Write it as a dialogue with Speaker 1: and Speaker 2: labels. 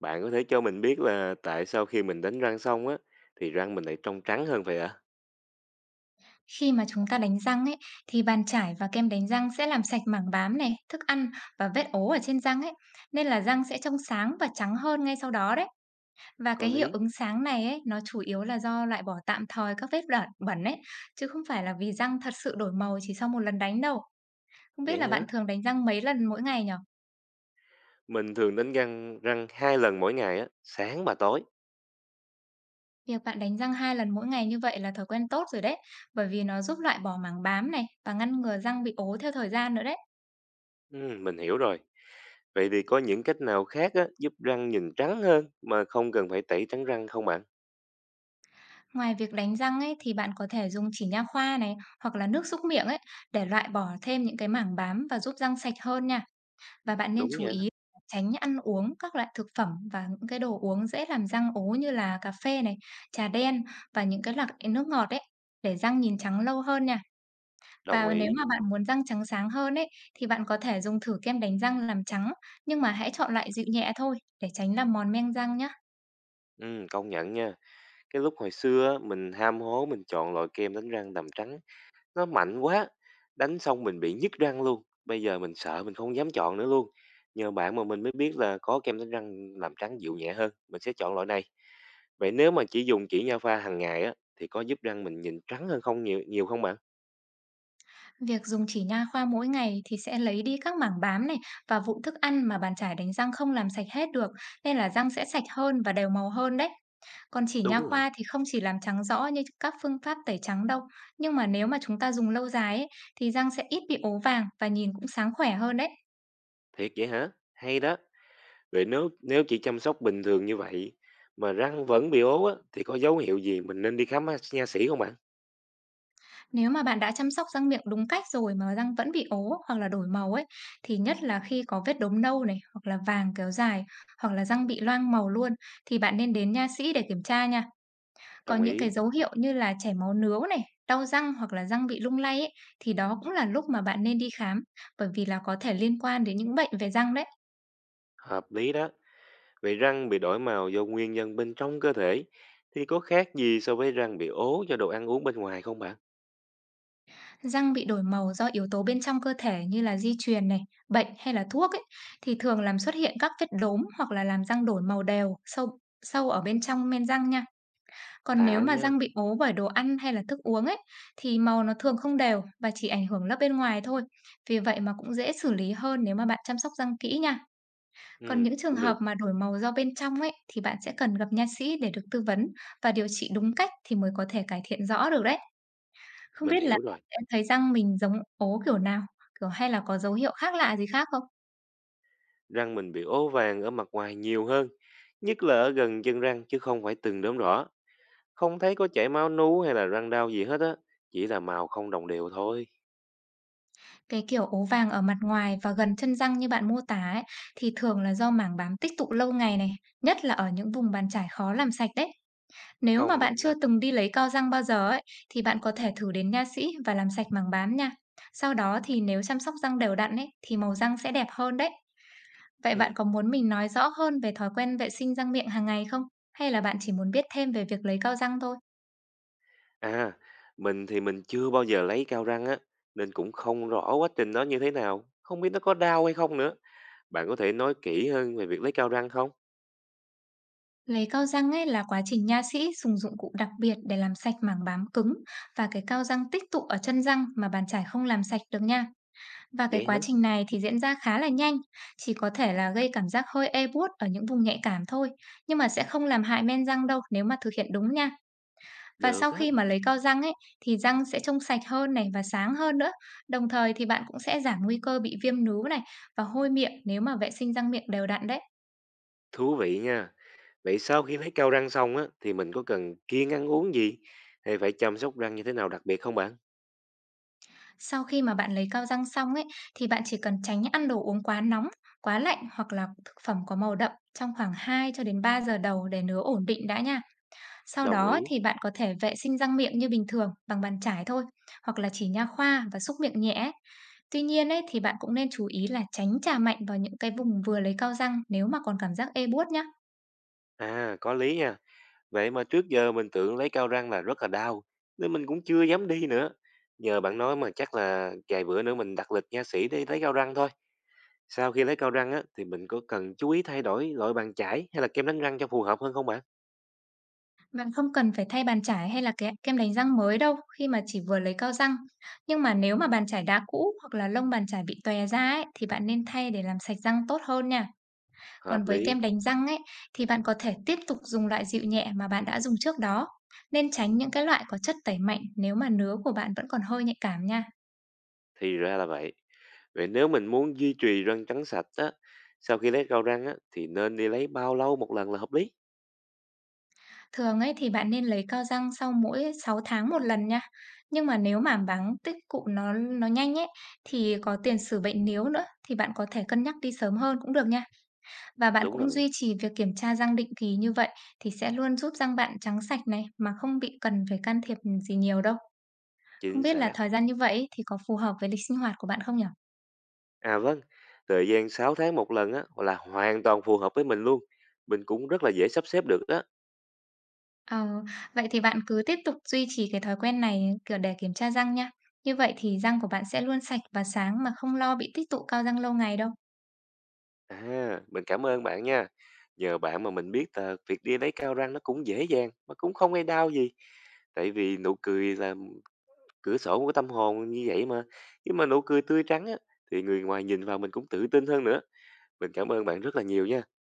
Speaker 1: Bạn có thể cho mình biết là tại sao khi mình đánh răng xong á thì răng mình lại trong trắng hơn vậy ạ?
Speaker 2: Khi mà chúng ta đánh răng ấy, thì bàn chải và kem đánh răng sẽ làm sạch mảng bám này, thức ăn và vết ố ở trên răng ấy, nên là răng sẽ trông sáng và trắng hơn ngay sau đó đấy. Và
Speaker 1: Có
Speaker 2: cái hiệu
Speaker 1: lý.
Speaker 2: ứng sáng này ấy, nó chủ yếu là do loại bỏ tạm thời các vết bẩn bẩn ấy, chứ không phải là vì răng thật sự đổi màu chỉ sau một lần đánh đâu. Không biết
Speaker 1: Vậy
Speaker 2: là
Speaker 1: hả?
Speaker 2: bạn thường đánh răng mấy lần mỗi ngày nhở?
Speaker 1: Mình thường đánh răng răng 2 lần mỗi ngày á, sáng và tối.
Speaker 2: Việc bạn đánh răng hai lần mỗi ngày như vậy là thói quen tốt rồi đấy, bởi vì nó giúp loại bỏ mảng bám này và ngăn ngừa răng bị ố theo thời gian nữa đấy.
Speaker 1: Ừ, mình hiểu rồi. Vậy thì có những cách nào khác á giúp răng nhìn trắng hơn mà không cần phải tẩy trắng răng không bạn?
Speaker 2: Ngoài việc đánh răng ấy thì bạn có thể dùng chỉ nha khoa này hoặc là nước súc miệng ấy để loại bỏ thêm những cái mảng bám và giúp răng sạch hơn nha. Và bạn nên
Speaker 1: Đúng
Speaker 2: chú
Speaker 1: nha,
Speaker 2: ý tránh ăn uống các loại thực phẩm và những cái đồ uống dễ làm răng ố như là cà phê này, trà đen và những cái loại nước ngọt ấy để răng nhìn trắng lâu hơn nha.
Speaker 1: đồng
Speaker 2: Và nếu
Speaker 1: ý.
Speaker 2: mà bạn muốn răng trắng sáng hơn ấy thì bạn có thể dùng thử kem đánh răng làm trắng, nhưng mà hãy chọn loại dịu nhẹ thôi để tránh làm mòn men răng nhé.
Speaker 1: Ừ, công nhận nha. Cái lúc hồi xưa á, mình ham hố mình chọn loại kem đánh răng tầm trắng. Nó mạnh quá, đánh xong mình bị nhức răng luôn, bây giờ mình sợ mình không dám chọn nữa luôn. Nhờ bạn mà mình mới biết là có kem đánh răng làm trắng dịu nhẹ hơn, mình sẽ chọn loại này. Vậy nếu mà chỉ dùng chỉ nha pha hàng ngày á thì có giúp răng mình nhìn trắng hơn không nhiều nhiều không bạn?
Speaker 2: Việc dùng chỉ nha khoa mỗi ngày thì sẽ lấy đi các mảng bám này và vụn thức ăn mà bàn chải đánh răng không làm sạch hết được, nên là răng sẽ sạch hơn và đều màu hơn đấy. Còn chỉ nha
Speaker 1: Đúng rồi,
Speaker 2: khoa thì không chỉ làm trắng rõ như các phương pháp tẩy trắng đâu, nhưng mà nếu mà chúng ta dùng lâu dài ấy, thì răng sẽ ít bị ố vàng và nhìn cũng sáng khỏe hơn đấy.
Speaker 1: thiệt vậy hả? Hay đó. Vậy nếu nếu chỉ chăm sóc bình thường như vậy mà răng vẫn bị ố á thì có dấu hiệu gì mình nên đi khám nha sĩ không bạn?
Speaker 2: Nếu mà bạn đã chăm sóc răng miệng đúng cách rồi mà răng vẫn bị ố hoặc là đổi màu ấy, thì nhất là khi có vết đốm nâu này hoặc là vàng kéo dài, hoặc là răng bị loang màu luôn, thì bạn nên đến nha sĩ để kiểm tra nha. Có
Speaker 1: Đồng
Speaker 2: những cái
Speaker 1: ý,
Speaker 2: dấu hiệu như là chảy máu nướu này, đau răng hoặc là răng bị lung lay ấy, thì đó cũng là lúc mà bạn nên đi khám, bởi vì là có thể liên quan đến những bệnh về răng đấy.
Speaker 1: hợp lý đó. Vậy răng bị đổi màu do nguyên nhân bên trong cơ thể thì có khác gì so với răng bị ố do đồ ăn uống bên ngoài không bạn?
Speaker 2: Răng bị đổi màu do yếu tố bên trong cơ thể như là di truyền này, bệnh hay là thuốc ấy, thì thường làm xuất hiện các vết đốm hoặc là làm răng đổi màu đều, sâu sâu ở bên trong men răng nha. Còn nếu
Speaker 1: Lạ
Speaker 2: mà
Speaker 1: nha.
Speaker 2: răng bị ố bởi đồ ăn hay là thức uống ấy, thì màu nó thường không đều và chỉ ảnh hưởng lớp bên ngoài thôi. Vì vậy mà cũng dễ xử lý hơn nếu mà bạn chăm sóc răng kỹ nha. Còn
Speaker 1: Ừ,
Speaker 2: những trường
Speaker 1: cũng
Speaker 2: hợp
Speaker 1: được.
Speaker 2: mà đổi màu do bên trong ấy, thì bạn sẽ cần gặp nha sĩ để được tư vấn và điều trị đúng cách thì mới có thể cải thiện rõ được đấy. Không
Speaker 1: Mình
Speaker 2: biết là
Speaker 1: hiểu
Speaker 2: bạn
Speaker 1: rồi.
Speaker 2: sẽ thấy răng mình giống ố kiểu nào, kiểu hay là có dấu hiệu khác lạ gì khác không?
Speaker 1: Răng mình bị ố vàng ở mặt ngoài nhiều hơn, nhất là ở gần chân răng chứ không phải từng đốm đỏ. Không thấy có chảy máu nú hay là răng đau gì hết á, chỉ là màu không đồng đều thôi.
Speaker 2: Cái kiểu ố vàng ở mặt ngoài và gần chân răng như bạn mô tả ấy, thì thường là do mảng bám tích tụ lâu ngày này, nhất là ở những vùng bàn chải khó làm sạch đấy. Nếu mà
Speaker 1: Công
Speaker 2: bạn
Speaker 1: nhận
Speaker 2: chưa
Speaker 1: đó.
Speaker 2: từng đi lấy cao răng bao giờ ấy, thì bạn có thể thử đến nha sĩ và làm sạch mảng bám nha. Sau đó thì nếu chăm sóc răng đều đặn ấy, thì màu răng sẽ đẹp hơn đấy. Vậy bạn
Speaker 1: Ừ.
Speaker 2: có muốn mình nói rõ hơn về thói quen vệ sinh răng miệng hàng ngày không? Hay là bạn chỉ muốn biết thêm về việc lấy cao răng thôi?
Speaker 1: À, mình thì mình chưa bao giờ lấy cao răng á, nên cũng không rõ quá trình nó như thế nào, không biết nó có đau hay không nữa. Bạn có thể nói kỹ hơn về việc lấy cao răng không?
Speaker 2: Lấy cao răng ấy là quá trình nha sĩ dùng dụng cụ đặc biệt để làm sạch mảng bám cứng và cái cao răng tích tụ ở chân răng mà bàn chải không làm sạch được nha. Và cái
Speaker 1: Vậy
Speaker 2: quá
Speaker 1: hả?
Speaker 2: trình này thì diễn ra khá là nhanh, chỉ có thể là gây cảm giác hơi ê buốt ở những vùng nhạy cảm thôi, nhưng mà sẽ không làm hại men răng đâu nếu mà thực hiện đúng nha. Và
Speaker 1: Được
Speaker 2: sau
Speaker 1: á,
Speaker 2: khi mà lấy cao răng ấy, thì răng sẽ trông sạch hơn này và sáng hơn nữa. Đồng thời thì bạn cũng sẽ giảm nguy cơ bị viêm núm này và hôi miệng nếu mà vệ sinh răng miệng đều đặn đấy.
Speaker 1: thú vị nha. Vậy sau khi lấy cao răng xong á, thì mình có cần kiêng ăn uống gì? Hay phải chăm sóc răng như thế nào đặc biệt không bạn?
Speaker 2: Sau khi mà bạn lấy cao răng xong ấy, thì bạn chỉ cần tránh ăn đồ uống quá nóng, quá lạnh hoặc là thực phẩm có màu đậm trong khoảng 2 cho đến 3 giờ đầu để nứa ổn định đã nha. Sau
Speaker 1: Đồng
Speaker 2: đó ấy
Speaker 1: ý.
Speaker 2: thì bạn có thể vệ sinh răng miệng như bình thường bằng bàn chải thôi, hoặc là chỉ nha khoa và xúc miệng nhẹ ấy. Tuy nhiên ấy thì bạn cũng nên chú ý là tránh chà mạnh vào những cái vùng vừa lấy cao răng nếu mà còn cảm giác ê buốt nhá.
Speaker 1: À, có lý nha. Vậy mà trước giờ mình tưởng lấy cao răng là rất là đau, nên mình cũng chưa dám đi nữa. Nhờ bạn nói mà chắc là vài bữa nữa mình đặt lịch nha sĩ đi lấy cao răng thôi. Sau khi lấy cao răng á, thì mình có cần chú ý thay đổi loại bàn chải hay là kem đánh răng cho phù hợp hơn không bạn?
Speaker 2: Bạn không cần phải thay bàn chải hay là cái kem đánh răng mới đâu khi mà chỉ vừa lấy cao răng. Nhưng mà nếu mà bàn chải đã cũ hoặc là lông bàn chải bị tòe ra ấy, thì bạn nên thay để làm sạch răng tốt hơn nha. Còn
Speaker 1: Hợp
Speaker 2: với
Speaker 1: lý.
Speaker 2: kem đánh răng ấy, thì bạn có thể tiếp tục dùng loại dịu nhẹ mà bạn đã dùng trước đó. Nên tránh những cái loại có chất tẩy mạnh nếu mà nứa của bạn vẫn còn hơi nhạy cảm nha.
Speaker 1: Thì ra là vậy. Vậy nếu mình muốn duy trì răng trắng sạch á, sau khi lấy rau răng á, thì nên đi lấy bao lâu một lần là hợp lý?
Speaker 2: Thường ấy thì bạn nên lấy cao răng sau mỗi 6 tháng một lần nha. Nhưng mà nếu mà báng tích tụ nó nhanh ấy, thì có tiền sử bệnh níu nữa thì bạn có thể cân nhắc đi sớm hơn cũng được nha. Và bạn
Speaker 1: Đúng
Speaker 2: cũng
Speaker 1: rồi,
Speaker 2: duy trì việc kiểm tra răng định kỳ như vậy, thì sẽ luôn giúp răng bạn trắng sạch này mà không bị cần phải can thiệp gì nhiều đâu. Không
Speaker 1: chính
Speaker 2: biết là
Speaker 1: xác.
Speaker 2: thời gian như vậy ấy thì có phù hợp với lịch sinh hoạt của bạn không nhỉ?
Speaker 1: À vâng, thời gian 6 tháng một lần á là hoàn toàn phù hợp với mình luôn. Mình cũng rất là dễ sắp xếp được đó.
Speaker 2: Ờ, vậy thì bạn cứ tiếp tục duy trì cái thói quen này, kiểu, để kiểm tra răng nha. Như vậy thì răng của bạn sẽ luôn sạch và sáng mà không lo bị tích tụ cao răng lâu ngày đâu.
Speaker 1: À, mình cảm ơn bạn nha. Nhờ bạn mà mình biết là việc đi lấy cao răng nó cũng dễ dàng mà cũng không gây đau gì. Tại vì nụ cười là cửa sổ của tâm hồn như vậy mà. Khi mà nụ cười tươi trắng á, thì người ngoài nhìn vào mình cũng tự tin hơn nữa. Mình cảm ơn bạn rất là nhiều nha.